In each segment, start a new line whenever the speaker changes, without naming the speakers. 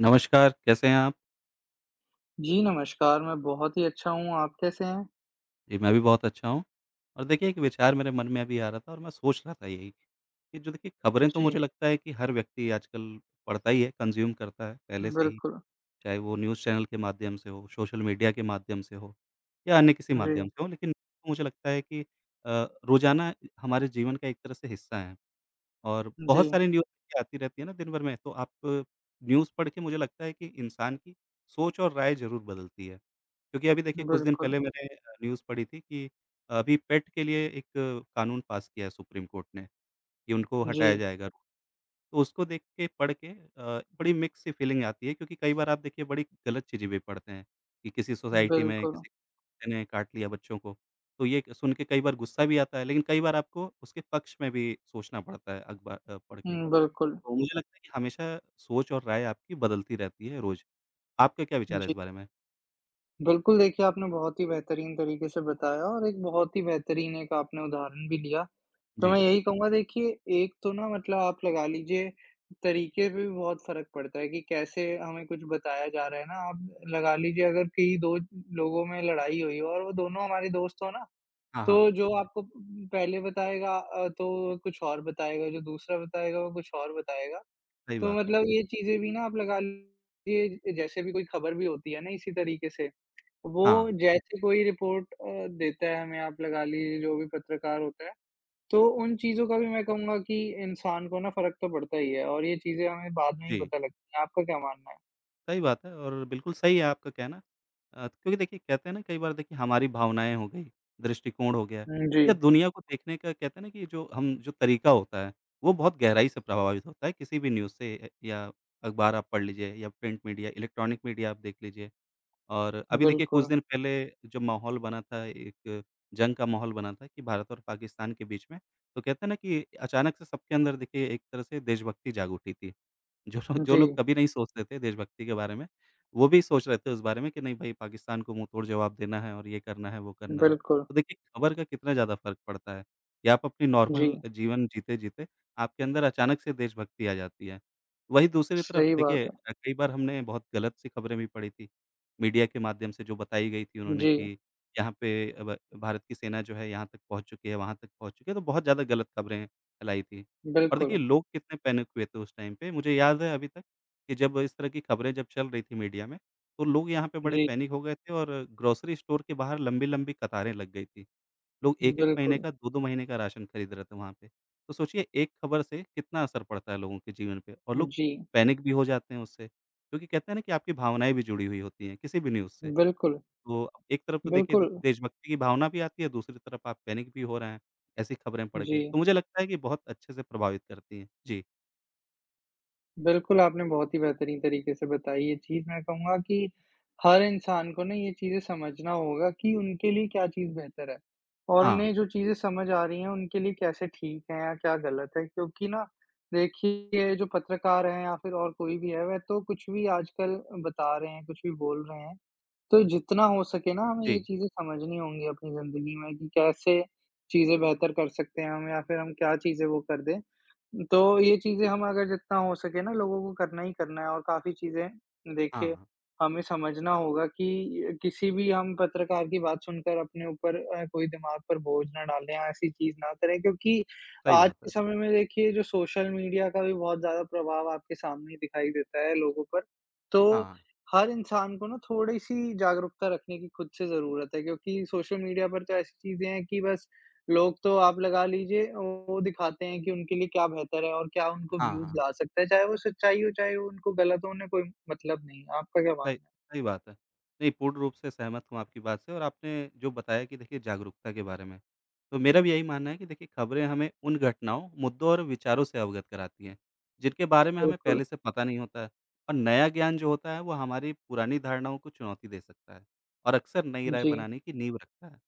नमस्कार, कैसे हैं आप?
जी, नमस्कार, मैं बहुत ही अच्छा हूँ, आप कैसे हैं?
जी, मैं भी बहुत अच्छा हूँ और देखिए एक विचार मेरे मन में अभी आ रहा था और मैं सोच रहा था यही, कि जो देखिए खबरें तो मुझे
जी,
लगता है कि हर व्यक्ति आजकल पढ़ता ही है, कंज़्यूम करता है पहले से ही,
बिल्कुल।
चाहे वो न्यूज़ चैनल के माध्यम से हो, सोशल मीडिया के माध्यम से हो या अन्य किसी
जी,
माध्यम से हो। लेकिन मुझे लगता है कि रोज़ाना हमारे जीवन का एक तरह से हिस्सा है। और
जी,
बहुत सारी न्यूज़ देखिए आती रहती है ना दिन भर में, तो आप न्यूज़ पढ़ के मुझे लगता है कि इंसान की सोच और राय ज़रूर बदलती है। क्योंकि अभी देखिए कुछ दिन
बिल्कुल।
पहले मैंने न्यूज़ पढ़ी थी कि अभी पेट के लिए एक कानून पास किया है सुप्रीम कोर्ट ने कि उनको हटाया
जी,
जाएगा। तो उसको देख के, पढ़ के बड़ी मिक्स सी फीलिंग आती है क्योंकि कई बार आप देखिए बड़ी गलत चीज़ें भी पढ़ते हैं कि किसी सोसाइटी में
बिल्कुल।
किसी कुत्ते ने काट लिया बच्चों को। तो ये सुन के कई बार गुस्सा भी आता है, लेकिन कई बार आपको उसके पक्ष में भी सोचना पड़ता है अखबार पढ़ के।
हुँ, बिल्कुल।
तो मुझे लगता है कि हमेशा सोच और राय आपकी बदलती रहती है रोज़। आपका क्या विचार है इस
जी,
बारे में?
बिल्कुल, देखिए, आपने बहुत ही बेहतरीन तरीके से बताया और एक बहुत ही बेहतरीन एक आपने उदाहरण भी लिया। तो
जी।
मैं यही कहूँगा, देखिए, एक तो ना मतलब आप लगा लीजिए, तरीके पे भी बहुत फ़र्क पड़ता है कि कैसे हमें कुछ बताया जा रहा है ना। आप लगा लीजिए, अगर कहीं 2 लोगों में लड़ाई हुई हो और वो दोनों हमारे दोस्त हों ना,
हाँ, हाँ,
तो जो आपको पहले बताएगा तो कुछ और बताएगा, जो दूसरा बताएगा वो कुछ और बताएगा।
सही
तो
बात है।
मतलब ये चीज़ें भी ना आप लगा लीजिए जैसे भी कोई खबर भी होती है ना इसी तरीके से, वो
हाँ,
जैसे कोई रिपोर्ट देता है हमें आप लगा लीजिए जो भी पत्रकार होता है, तो उन चीज़ों का भी मैं कहूँगा कि इंसान को ना फ़र्क तो पड़ता ही है और ये चीज़ें हमें बाद में ही
जी,
पता लगती हैं। आपका क्या मानना है?
सही बात है और बिल्कुल सही है आपका कहना। क्योंकि देखिए कहते हैं ना कई बार देखिए हमारी भावनाएँ हो गई, दृष्टिकोण हो गया
हुँ, जी,
या दुनिया को देखने का कहते हैं ना कि जो हम जो तरीका होता है, वो बहुत गहराई से प्रभावित होता है किसी भी न्यूज़ से या अखबार आप पढ़ लीजिए या प्रिंट मीडिया, इलेक्ट्रॉनिक मीडिया आप देख लीजिए। और अभी देखिए कुछ
बिल्कुल।
दिन पहले जो माहौल बना था एक जंग का माहौल बना था कि भारत और पाकिस्तान के बीच में, तो कहते हैं ना कि अचानक से सबके अंदर देखिए एक तरह से देशभक्ति जाग उठी थी। जो लोग जो
जी,
लोग कभी नहीं सोचते थे देशभक्ति के बारे में, वो भी सोच रहे थे उस बारे में कि नहीं भई पाकिस्तान को मुँहतोड़ जवाब देना है और ये करना है, वो करना है।
बिल्कुल।
तो देखिए खबर का कितना ज़्यादा फ़र्क पड़ता है कि आप अपनी
जी,
नॉर्मल जीवन जीते-जीते आपके अंदर अचानक से देशभक्ति आ जाती है। वहीं दूसरी तरफ
सही
देखिए
बात है।
कई बार हमने बहुत गलत सी खबरें भी पढ़ी थी, मीडिया के माध्यम से जो बताई गई थी उन्होंने
जी,
कि यहाँ पे अब भारत की सेना जो है यहाँ तक पहुँच चुकी है, वहाँ तक पहुँच चुकी है, तो बहुत ज़्यादा गलत खबरें फैलाई थी। और देखिए
बिल्कुल।
लोग कितने पैनिक हुए थे उस टाइम पे, मुझे याद है अभी तक कि जब इस तरह की खबरें जब चल रही थी मीडिया में, तो लोग यहाँ पे बड़े
जी।
पैनिक हो गए थे और ग्रोसरी स्टोर के बाहर लंबी-लंबी कतारें लग गई थी। लोग 1-1 महीने
बिल्कुल,
का, 2-2 महीने का राशन खरीद रहे थे वहाँ पे। तो सोचिए एक खबर से कितना असर पड़ता है लोगों के जीवन पे और लोग
जी।
पैनिक भी हो जाते हैं उससे, क्योंकि कहते हैं ना कि आपकी भावनाएँ भी जुड़ी हुई होती हैं किसी भी न्यूज़ से।
बिल्कुल,
तो एक तरफ तो देखिए द
बिल्कुल,
देशभक्ति की भावना भी आती है, दूसरी तरफ आप पैनिक भी हो रहे हैं, ऐसी खबरें पढ़
जी।
के। तो मुझे लगता है कि बहुत अच्छे से प्रभावित करती हैं। जी।
बिल्कुल, आपने बहुत ही बेहतरीन तरीके से बताई ये चीज़। मैं कहूँगा कि हर इंसान को ना ये चीज़ें समझना होगा कि उनके लिए क्या चीज़ बेहतर है और उन्हें
हाँ।
जो चीज़ें समझ आ रही हैं, उनके लिए कैसे ठीक है या क्या गलत है। क्योंकि ना देखिए, ये जो पत्रकार हैं या फिर और कोई भी है, वह तो कुछ भी आजकल बता रहे हैं, कुछ भी बोल रहे हैं। तो जितना हो सके ना हमें ये
जी।
चीज़ें समझनी होंगी अपनी ज़िंदगी में कि कैसे चीज़ें बेहतर कर सकते हैं हम या फिर हम क्या चीज़ें वो कर दें तो ये चीज़ें हम अगर जितना हो सके ना लोगों को करना ही करना है और काफ़ी चीज़ें देखिए
हाँ,
हमें समझना होगा कि किसी भी हम पत्रकार की बात सुनकर अपने ऊपर कोई दिमाग पर बोझ ना डालें या ऐसी चीज़ ना करें क्योंकि
सही
आज
बात
के
है।
समय में देखिए जो सोशल मीडिया का भी बहुत ज़्यादा प्रभाव आपके सामने ही दिखाई देता है लोगों पर। तो
हाँ, हाँ।
हर इंसान को ना थोड़ी-सी जागरूकता रखने की खुद से ज़रूरत है क्योंकि सोशल मीडिया पर तो ऐसी चीज़ें हैं कि बस लोग तो आप लगा लीजिए वो दिखाते हैं कि उनके लिए क्या बेहतर है और क्या उनको
हाँ,
व्यूज़
हाँ।
ला सकता है, चाहे वो सच्चाई हो, चाहे वो उनको गलत हो, उन्हें कोई मतलब नहीं है। आपका क्या
सही
मानना है?
सही बात है। नहीं, पूर्ण रूप से सहमत हूँ आपकी बात से और आपने जो बताया कि देखिए जागरूकता के बारे में, तो मेरा भी यही मानना है कि देखिए खबरें हमें उन घटनाओं, मुद्दों और विचारों से अवगत कराती हैं, जिनके बारे में हमें
बिल्कुल,
पहले से पता नहीं होता है और नया ज्ञान जो होता है वो हमारी पुरानी धारणाओं को चुनौती दे सकता है और अक्सर नई राय
जी,
बनाने की नींव रखता है।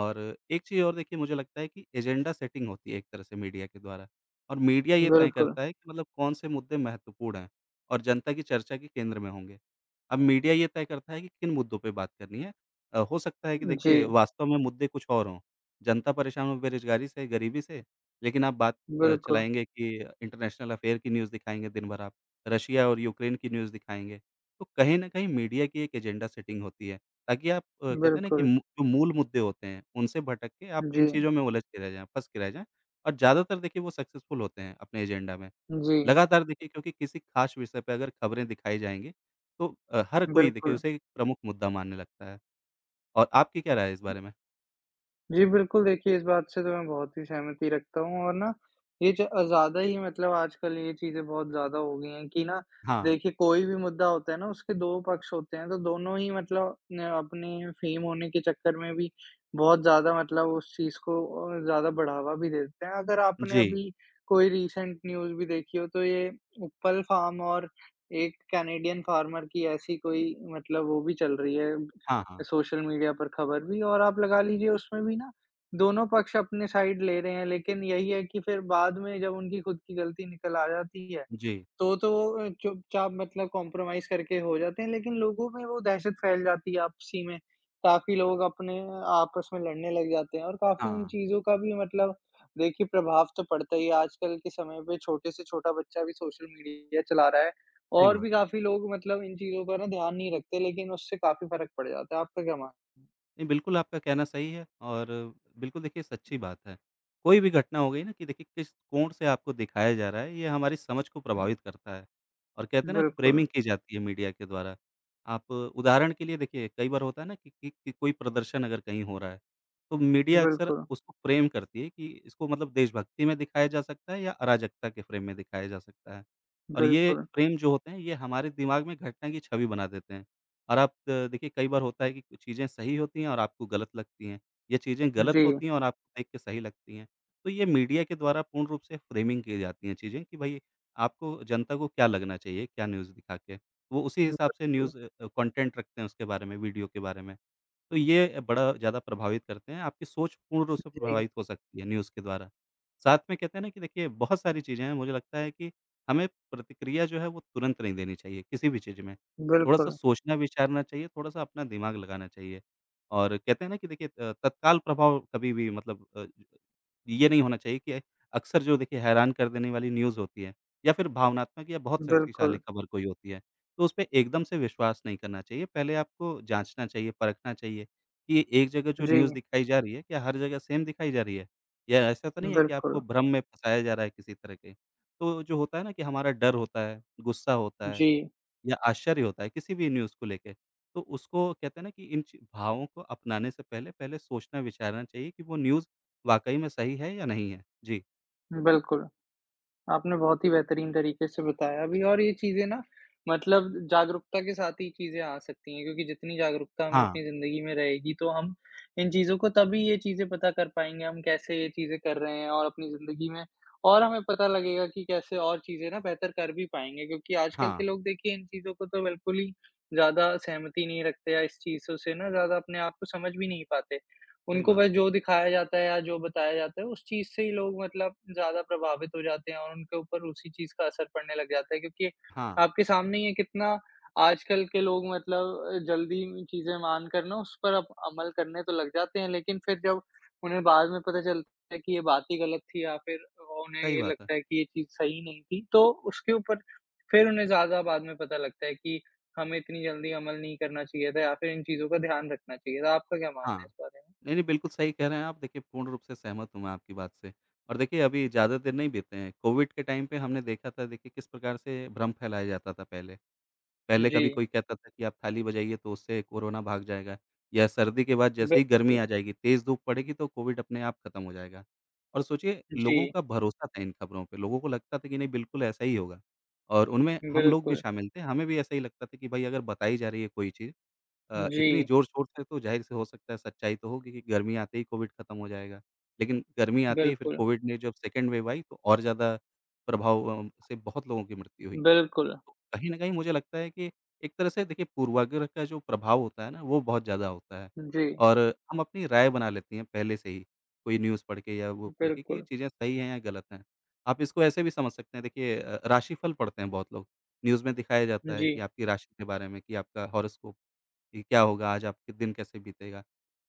और एक चीज़ और देखिए मुझे लगता है कि एजेंडा सेटिंग होती है एक तरह से मीडिया के द्वारा और मीडिया ये तय
बिल्कुल,
करता है कि मतलब कौन से मुद्दे महत्वपूर्ण हैं और जनता की चर्चा के केंद्र में होंगे। अब मीडिया ये तय करता है कि किन मुद्दों पे बात करनी है। हो सकता है कि देखिए
जी,
वास्तव में मुद्दे कुछ और हों, जनता परेशान हो बेरोज़गारी से, गरीबी से, लेकिन आप बात
बिल्कुल,
चलाएँगे कि इंटरनेशनल अफेयर की न्यूज़ दिखाएँगे दिन भर आप, रशिया और यूक्रेन की न्यूज़ दिखाएँगे। तो कहीं न कहीं मीडिया की एक एजेंडा सेटिंग होती है, ताकि आप कहते हैं ना कि
बिल्कुल,
मू जो मूल मुद्दे होते हैं, उनसे भटक के आप
जी,
इन चीज़ों में उलझ के रह जाएँ, फँस के रह जाएँ और ज़्यादातर देखिए वो सक्सेसफुल होते हैं अपने एजेंडा में।
जी,
लगातार देखिए क्योंकि किसी ख़ास विषय पे अगर खबरें दिखाई जाएँगी, तो हर कोई देखिए
बिल्कुल।
उसे एक प्रमुख मुद्दा मानने लगता है और आपकी क्या राय है इस बारे में?
जी, बिल्कुल देखिए इस बात से तो मैं बहुत ही सहमति रखता हूँ और ना ये ज ज़्यादा ही मतलब आजकल ये चीज़ें बहुत ज़्यादा हो गई हैं कि ना
हाँ,
देखिए कोई भी मुद्दा होता है ना उसके 2 पक्ष होते हैं, तो दोनों ही मतलब न अपने फ़ेम होने के चक्कर में भी बहुत ज़्यादा मतलब उस चीज़ को ज़्यादा बढ़ावा भी दे देते हैं। अगर आपने
जी।
अभी कोई रीसेंट न्यूज़ भी देखी हो तो ये उप्पल फार्म और एक कैनेडियन फार्मर की ऐसी कोई मतलब वो भी चल रही है
हाँ, हाँ।
सोशल मीडिया पर खबर भी और आप लगा लीजिए उसमें भी ना दोनों पक्ष अपने साइड ले रहे हैं, लेकिन यही है कि फिर बाद में जब उनकी खुद की गलती निकल आ जाती है,
जी,
तो चुपचाप मतलब कॉम्प्रोमाइज़ करके हो जाते हैं, लेकिन लोगों में वो दहशत फैल जाती है आपसी में। काफ़ी लोग अपने आपस में लड़ने लग जाते हैं और काफ़ी उन
हाँ,
चीज़ों का भी मतलब देखिए प्रभाव तो पड़ता ही है। आजकल के समय पे छोटे से छोटा बच्चा भी सोशल मीडिया चला रहा है
सही
और
बात
भी
है।
काफ़ी लोग मतलब इन चीज़ों का ना ध्यान नहीं रखते, लेकिन उससे काफ़ी फ़र्क पड़ जाता है। आपका क्या मानना
नहीं, बिल्कुल आपका कहना सही है और बिल्कुल देखिए सच्ची बात है। कोई भी घटना हो गई ना कि देखिए किस कोण से आपको दिखाया जा रहा है, ये हमारी समझ को
है?
प्रभावित करता है। और कहते हैं ना
बिल्कुल,
फ्रेमिंग की जाती है मीडिया के द्वारा। आप उदाहरण के लिए देखिए कई बार होता है ना कि कोई प्रदर्शन अगर कहीं हो रहा है, तो मीडिया अक्सर
बिल्कुल,
उसको फ्रेम करती है कि इसको मतलब देशभक्ति में दिखाया जा सकता है या अराजकता के फ्रेम में दिखाया जा सकता है। और ये
बिल्कुल।
फ्रेम जो होते हैं, ये हमारे दिमाग में घटना की छवि बना देते हैं। और आप देखिए कई बार होता है कि कुछ चीज़ें सही होती हैं और आपको गलत लगती हैं, या चीज़ें गलत
जी,
होती हैं और आपको देख के सही लगती हैं। तो ये मीडिया के द्वारा पूर्ण रूप से फ्रेमिंग की जाती हैं चीज़ें कि भई आपको जनता को क्या लगना चाहिए, क्या न्यूज़ दिखा के। वो उसी हिसाब से
बिल्कुल।
न्यूज़ कंटेंट रखते हैं उसके बारे में, वीडियो के बारे में। तो ये बड़ा ज़्यादा प्रभावित करते हैं, आपकी सोच पूर्ण रूप से
जी,
प्रभावित हो सकती है न्यूज़ के द्वारा। साथ में कहते हैं ना कि देखिए बहुत सारी चीज़ें हैं, मुझे लगता है कि हमें प्रतिक्रिया जो है वो तुरंत नहीं देनी चाहिए किसी भी चीज़ में। थोड़ा-सा
बिल्कुल,
सोचना-विचारना चाहिए, थोड़ा-सा अपना दिमाग लगाना चाहिए। और कहते हैं ना कि देखिए तत्काल प्रभाव कभी भी मतलब ये नहीं होना चाहिए कि अक्सर जो देखिए हैरान कर देने वाली न्यूज़ होती है या फिर भावनात्मक या बहुत
बिल्कुल।
शक्तिशाली खबर कोई होती है, तो उसपे एकदम से विश्वास नहीं करना चाहिए। पहले आपको जाँचना चाहिए, परखना चाहिए कि एक जगह जो
जी,
न्यूज़ दिखाई जा रही है, क्या हर जगह सेम दिखाई जा रही है? या ऐसा तो नहीं है कि
बिल्कुल।
आपको भ्रम में फँसाया जा रहा है किसी तरह के? तो जो होता है ना कि हमारा डर होता है, गुस्सा होता है
जी,
या आश्चर्य होता है किसी भी न्यूज़ को लेके। तो उसको कहते हैं ना कि इन ची भावों को अपनाने से पहले, पहले सोचना विचारना चाहिए कि वो न्यूज़ वाक़ई में सही है या नहीं है। जी।
बिल्कुल। आपने बहुत ही बेहतरीन तरीके से बताया भी और ये चीज़ें ना मतलब जागरूकता के साथ ही चीज़ें आ सकती हैं क्योंकि जितनी जागरूकता हमें
हाँ,
अपनी ज़िंदगी में रहेगी तो हम इन चीज़ों को तभी ये चीज़ें पता कर पाएँगे, हम कैसे ये चीज़ें कर रहे हैं और अपनी ज़िंदगी में और हमें पता लगेगा कि कैसे और चीज़ें ना बेहतर कर भी पाएँगे क्योंकि आजकल के
हाँ,
लोग देखिए इन चीज़ों को तो बिल्कुल ही ज़्यादा सहमति नहीं रखते या इस चीज़ों से ना ज़्यादा अपने आप को समझ भी नहीं पाते।
सही
उनको
बात
बस
है।
जो दिखाया जाता है या जो बताया जाता है, उस चीज़ से ही लोग मतलब ज़्यादा प्रभावित हो जाते हैं और उनके ऊपर उसी चीज़ का असर पड़ने लग जाता है क्योंकि
हाँ,
आपके सामने ही है कितना आजकल के लोग मतलब जल्दी में चीज़ें मानकर ना उस पर अप अमल करने तो लग जाते हैं, लेकिन फिर जब उन्हें बाद में पता चलता है कि ये बात ही गलत थी या फिर वो उन्हें
सही
ये
बात है।
लगता है कि ये चीज़ सही नहीं थी, तो उसके ऊपर फिर उन्हें ज़्यादा बाद में पता लगता है कि हमें इतनी जल्दी अमल नहीं करना चाहिए था या फिर इन चीज़ों का ध्यान रखना चाहिए था। आपका क्या
हाँ।
मानना है इस बारे में?
नहीं, नहीं, बिल्कुल सही कह रहे हैं आप। देखिए, पूर्ण रूप से सहमत हूँ मैं आपकी बात से। और देखिए, अभी ज़्यादा दिन नहीं बीते हैं, कोविड के टाइम पे हमने देखा था देखिए किस प्रकार से भ्रम फैलाया जाता था पहले। पहले
जी,
कभी कोई कहता था कि आप थाली बजाइए तो उससे कोरोना भाग जाएगा या सर्दी के बाद जैसे ही गर्मी
बिल्कुल।
आ जाएगी, तेज़ धूप पड़ेगी तो कोविड अपने आप खत्म हो जाएगा। और सोचिए लोगों
जी,
का भरोसा था इन खबरों पे, लोगों को लगता था कि नहीं बिल्कुल ऐसा ही होगा और उनमें हम लोग भी
बिल्कुल।
शामिल थे, हमें भी ऐसा ही लगता था कि भाई अगर बताई जा रही है कोई चीज़
जी,
इतनी ज़ोर-शोर से तो ज़ाहिर-सी हो सकता है सच्चाई तो होगी कि गर्मी आते ही कोविड खत्म हो जाएगा। लेकिन गर्मी आते ही फिर
बिल्कुल,
कोविड ने जब सेकंड वेव आई तो और ज़्यादा प्रभाव से बहुत लोगों की मृत्यु हुई।
बिल्कुल।
तो कहीं न कहीं मुझे लगता है कि एक तरह से देखिए पूर्वाग्रह का जो प्रभाव होता है ना, वो बहुत ज़्यादा होता है
जी,
और हम अपनी राय बना लेते हैं पहले से ही, कोई न्यूज़ पढ़ के या वो पढ़ के कि ये
बिल्कुल।
चीज़ें सही हैं या गलत हैं। आप इसको ऐसे भी समझ सकते हैं देखिए राशिफल पढ़ते हैं बहुत लोग, न्यूज़ में दिखाया जाता है कि
जी,
आपकी राशि के बारे में कि आपका हॉरोस्कोप कि क्या होगा आज आपके दिन कैसे बीतेगा?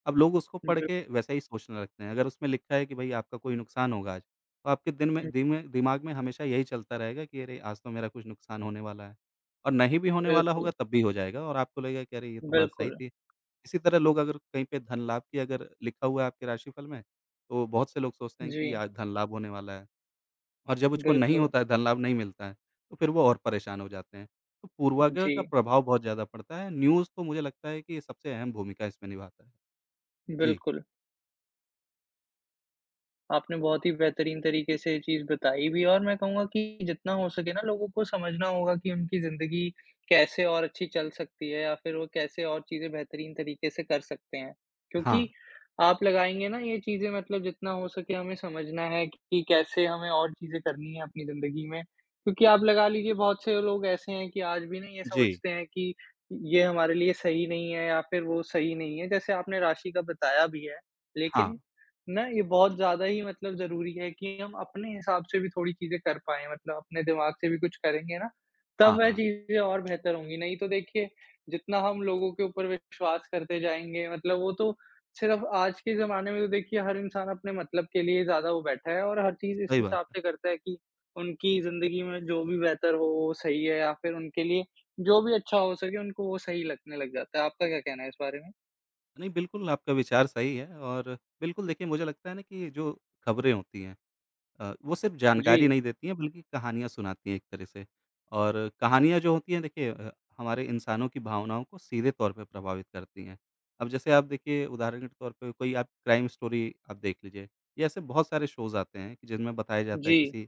अब लोग उसको पढ़
बिल
के वैसा ही सोचने लगते हैं। अगर उसमें लिखा है कि भई आपका कोई नुकसान होगा आज, तो आपके दिन में दिमाग में हमेशा यही चलता रहेगा कि अरे! आज तो मेरा कुछ नुकसान होने वाला है। और नहीं भी होने वाला
बिल्कुल,
होगा तब भी हो जाएगा और आपको लगेगा कि अरे! ये तो बात सही
बिल्कुल।
थी। इसी तरह लोग अगर कहीं पे धन लाभ की अगर लिखा हुआ है आपके राशिफल में, तो बहुत से लोग सोचते हैं कि
जी,
आज धन लाभ होने वाला है। और जब उसको नहीं
बिल्कुल।
होता है, धन लाभ नहीं मिलता है, तो फिर वो और परेशान हो जाते हैं। तो पूर्वाग्रह
जी,
का प्रभाव बहुत ज़्यादा पड़ता है, न्यूज़ तो मुझे लगता है कि सबसे अहम भूमिका इसमें निभाता है। जी,
बिल्कुल। आपने बहुत ही बेहतरीन तरीके से ये चीज़ बताई भी और मैं कहूँगा कि जितना हो सके ना लोगों को समझना होगा कि उनकी ज़िंदगी कैसे और अच्छी चल सकती है या फिर वो कैसे और चीज़ें बेहतरीन तरीके से कर सकते हैं।
हाँ,
क्योंकि आप लगाएँगे ना ये चीज़ें मतलब जितना हो सके हमें समझना है कि कैसे हमें और चीज़ें करनी है अपनी ज़िंदगी में। क्योंकि आप लगा लीजिए बहुत से लोग ऐसे हैं कि आज भी ना ये
जी,
सोचते हैं कि ये हमारे लिए सही नहीं है या फिर वो सही नहीं है। जैसे आपने राशि का बताया भी है,
हाँ,
लेकिन ना, ये बहुत ज़्यादा ही मतलब ज़रूरी है कि हम अपने हिसाब से भी थोड़ी चीज़ें कर पाएँ, मतलब अपने दिमाग से भी कुछ करेंगे ना, तब
हाँ,
वह
हाँ,
चीज़ें और बेहतर होंगी। नहीं तो देखिए, जितना हम लोगों के ऊपर विश्वास करते जाएँगे, मतलब वो तो सिर्फ़ आज के ज़माने में तो देखिए हर इंसान अपने मतलब के लिए ज़्यादा वो बैठा है और हर चीज़ इस
सही बात
हिसाब
है।
से करता है कि उनकी ज़िंदगी में जो भी बेहतर हो, वो सही है या फिर उनके लिए जो भी अच्छा हो सके, उनको वो सही लगने लग जाता है। आपका क्या कहना है इस बारे में?
नहीं, बिल्कुल आपका विचार सही है और बिल्कुल देखिए मुझे लगता है ना कि जो खबरें होती हैं वो सिर्फ़ जानकारी
जी,
नहीं देती हैं बल्कि कहानियाँ सुनाती हैं एक तरह से। और कहानियाँ जो होती हैं देखिए हमारे इंसानों की भावनाओं को सीधे तौर पे प्रभावित करती हैं। अब जैसे आप देखिए उदाहरण के तौर पे कोई आप क्राइम स्टोरी आप देख लीजिए या ऐसे बहुत सारे शोज़ आते हैं कि जिनमें बताया जाता है
जी,
किसी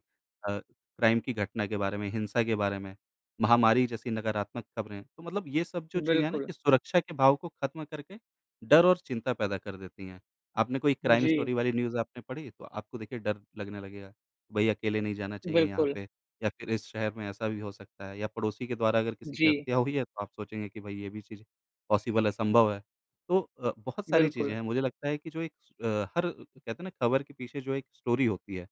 क्राइम की घटना के बारे में, हिंसा के बारे में, महामारी जैसी नकारात्मक खबरें। तो मतलब ये सब जो चीज़ें हैं ना
बिल्कुल।
कि सुरक्षा के भाव को ख़त्म करके डर और चिंता पैदा कर देती हैं। आपने कोई क्राइम
जी।
स्टोरी वाली न्यूज़ आपने पढ़ी, तो आपको देखिए डर लगने लगेगा, भई अकेले नहीं जाना चाहिए यहाँ
बिल्कुल,
पे या फिर इस शहर में ऐसा भी हो सकता है या पड़ोसी के द्वारा अगर किसी की
जी,
हत्या हुई है, तो आप सोचेंगे कि भई ये भी चीज़ पॉसिबल है, संभव है। तो बहुत सारी चीज़ें
बिल्कुल,
हैं, मुझे लगता है कि जो एक अ, हर कहते हैं ना खबर के पीछे जो एक स्टोरी होती है,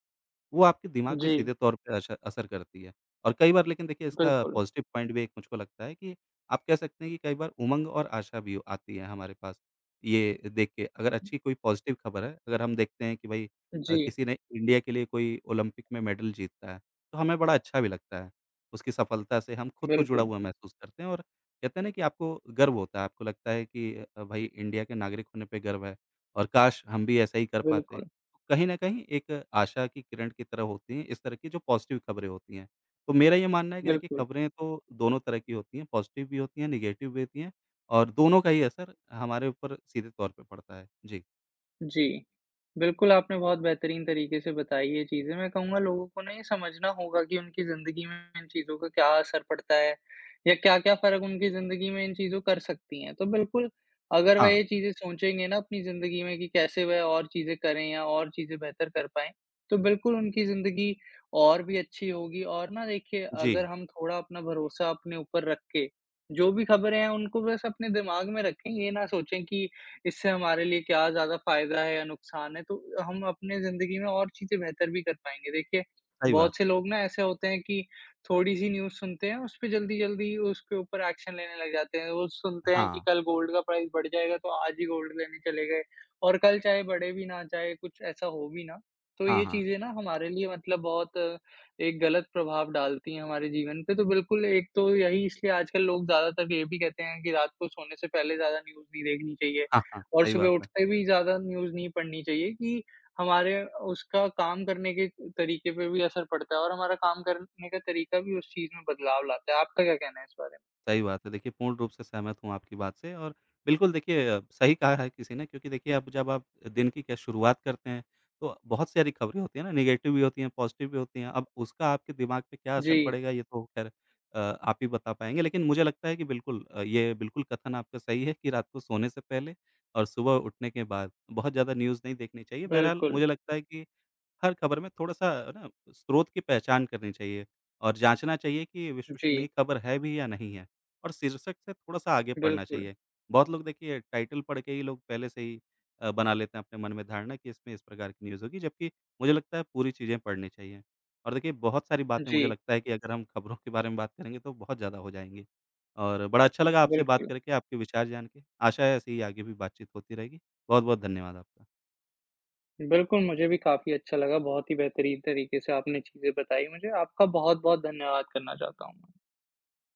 वो आपके दिमाग पे
जी,
सीधे तौर पे अश असर करती है। और कई बार लेकिन देखिए इसका
बिल्कुल,
पॉज़िटिव पॉइंट भी एक मुझको लगता है कि आप कह सकते हैं कि कई बार उमंग और आशा भी आती है हमारे पास, ये देख के। अगर अच्छी कोई पॉज़िटिव ख़बर है, अगर हम देखते हैं कि भई
जी,
किसी ने इंडिया के लिए कोई ओलंपिक में मेडल जीतता है, तो हमें बड़ा अच्छा भी लगता है। उसकी सफलता से हम खुद को जुड़ा
बिल्कुल,
हुआ महसूस करते हैं और कहते हैं ना कि आपको गर्व होता है, आपको लगता है कि भई इंडिया के नागरिक होने पे गर्व है और काश! हम भी ऐसा ही कर पाते।
बिल्कुल,
कहीं न कहीं एक आशा की किरण की तरह होती हैं, इस तरह की जो पॉज़िटिव खबरें होती हैं। तो मेरा ये मानना है कि देखिए
बिल्कुल,
खबरें तो दोनों तरह की होती हैं, पॉज़िटिव भी होती हैं, नेगेटिव भी होती हैं और दोनों का ही असर हमारे ऊपर सीधे तौर पे पड़ता है। जी।
जी। बिल्कुल, आपने बहुत बेहतरीन तरीके से बताई ये चीज़ें। मैं कहूँगा लोगों को ना ये समझना होगा कि उनकी ज़िंदगी में इन चीज़ों का क्या असर पड़ता है या क्या-क्या फ़र्क उनकी ज़िंदगी में इन चीज़ों कर सकती हैं। तो बिल्कुल, अगर वह
हाँ।
ये चीज़ें सोचेंगे ना अपनी ज़िंदगी में कि कैसे वह और चीज़ें करें या और चीज़ें बेहतर कर पाएँ, तो बिल्कुल उनकी ज़िंदगी और भी अच्छी होगी और ना देखिए अगर
जी,
हम थोड़ा अपना भरोसा अपने ऊपर रख के, जो भी खबरें हैं उनको बस अपने दिमाग में रखें, ये ना सोचें कि इससे हमारे लिए क्या ज़्यादा फ़ायदा है या नुकसान है, तो हम अपने ज़िंदगी में और चीज़ें बेहतर भी कर पाएँगे। देखिए,
सही बात
बहुत से
है।
लोग ना ऐसे होते हैं कि थोड़ी-सी न्यूज़ सुनते हैं, उसपे जल्दी-जल्दी उसके ऊपर एक्शन लेने लग जाते हैं। वो सुनते हैं कि
हाँ।
कल गोल्ड का प्राइस बढ़ जाएगा, तो आज ही गोल्ड लेने चले गए और कल चाहे बढ़े भी ना, चाहे कुछ ऐसा हो भी ना, तो
हाँ,
ये
हाँ।
चीज़ें ना हमारे लिए मतलब बहुत एक गलत प्रभाव डालती हैं हमारे जीवन पे। तो बिल्कुल, एक तो यही इसलिए आजकल लोग ज़्यादातर ये भी कहते हैं कि रात को सोने से पहले ज़्यादा न्यूज़ नहीं देखनी चाहिए
हाँ, हाँ,
और
सही
सुबह
बात है।
उठते भी ज़्यादा न्यूज़ नहीं पढ़नी चाहिए कि हमारे उसका काम करने के तरीके पे भी असर पड़ता है और हमारा काम करने का तरीका भी उस चीज़ में बदलाव लाता है। आपका क्या कहना है इस बारे
सही बात है। देखिए, पूर्ण रूप से सहमत हूँ आपकी बात से और बिल्कुल देखिए सही कहा है किसी ने क्योंकि देखिए अब जब आप दिन की क्या शुरुआत करते हैं, तो बहुत सारी खबरें होती हैं ना, नेगेटिव भी होती हैं, पॉज़िटिव भी होती हैं। अब उसका आपके दिमाग पे क्या
में?
असर
जी,
पड़ेगा ये तो ख़ैर आप ही बता पाएँगे। लेकिन मुझे लगता है कि बिल्कुल ये बिल्कुल कथन आपका सही है कि रात को सोने से पहले और सुबह उठने के बाद बहुत ज़्यादा न्यूज़ नहीं देखनी चाहिए। बहरहाल
बिल्कुल।
मुझे लगता है कि हर खबर में थोड़ा-सा ना स्रोत की पहचान करनी चाहिए और जाँचना चाहिए कि विश्वसनीय
जी,
खबर है भी या नहीं है और शीर्षक से थोड़ा-सा आगे पढ़ना
बिल्कुल।
चाहिए। बहुत लोग देखिए टाइटल पढ़ के ही लोग पहले से ही बना लेते हैं अपने मन में धारणा कि इसमें इस प्रकार की न्यूज़ होगी, जबकि मुझे लगता है पूरी चीज़ें पढ़नी चाहिए। और देखिए बहुत सारी बातें मुझे
जी,
लगता है कि अगर हम खबरों के बारे में बात करेंगे तो बहुत ज़्यादा हो जाएँगी। और बड़ा अच्छा लगा आपसे बात
बिल्कुल।
करके, आपके विचार जान के। आशा है ऐसे ही आगे भी बातचीत होती रहेगी। बहुत-बहुत धन्यवाद आपका।
बिल्कुल, मुझे भी काफ़ी अच्छा लगा। बहुत ही बेहतरीन तरीके से आपने चीज़ें बताई मुझे। आपका बहुत-बहुत धन्यवाद करना चाहता हूँ मैं।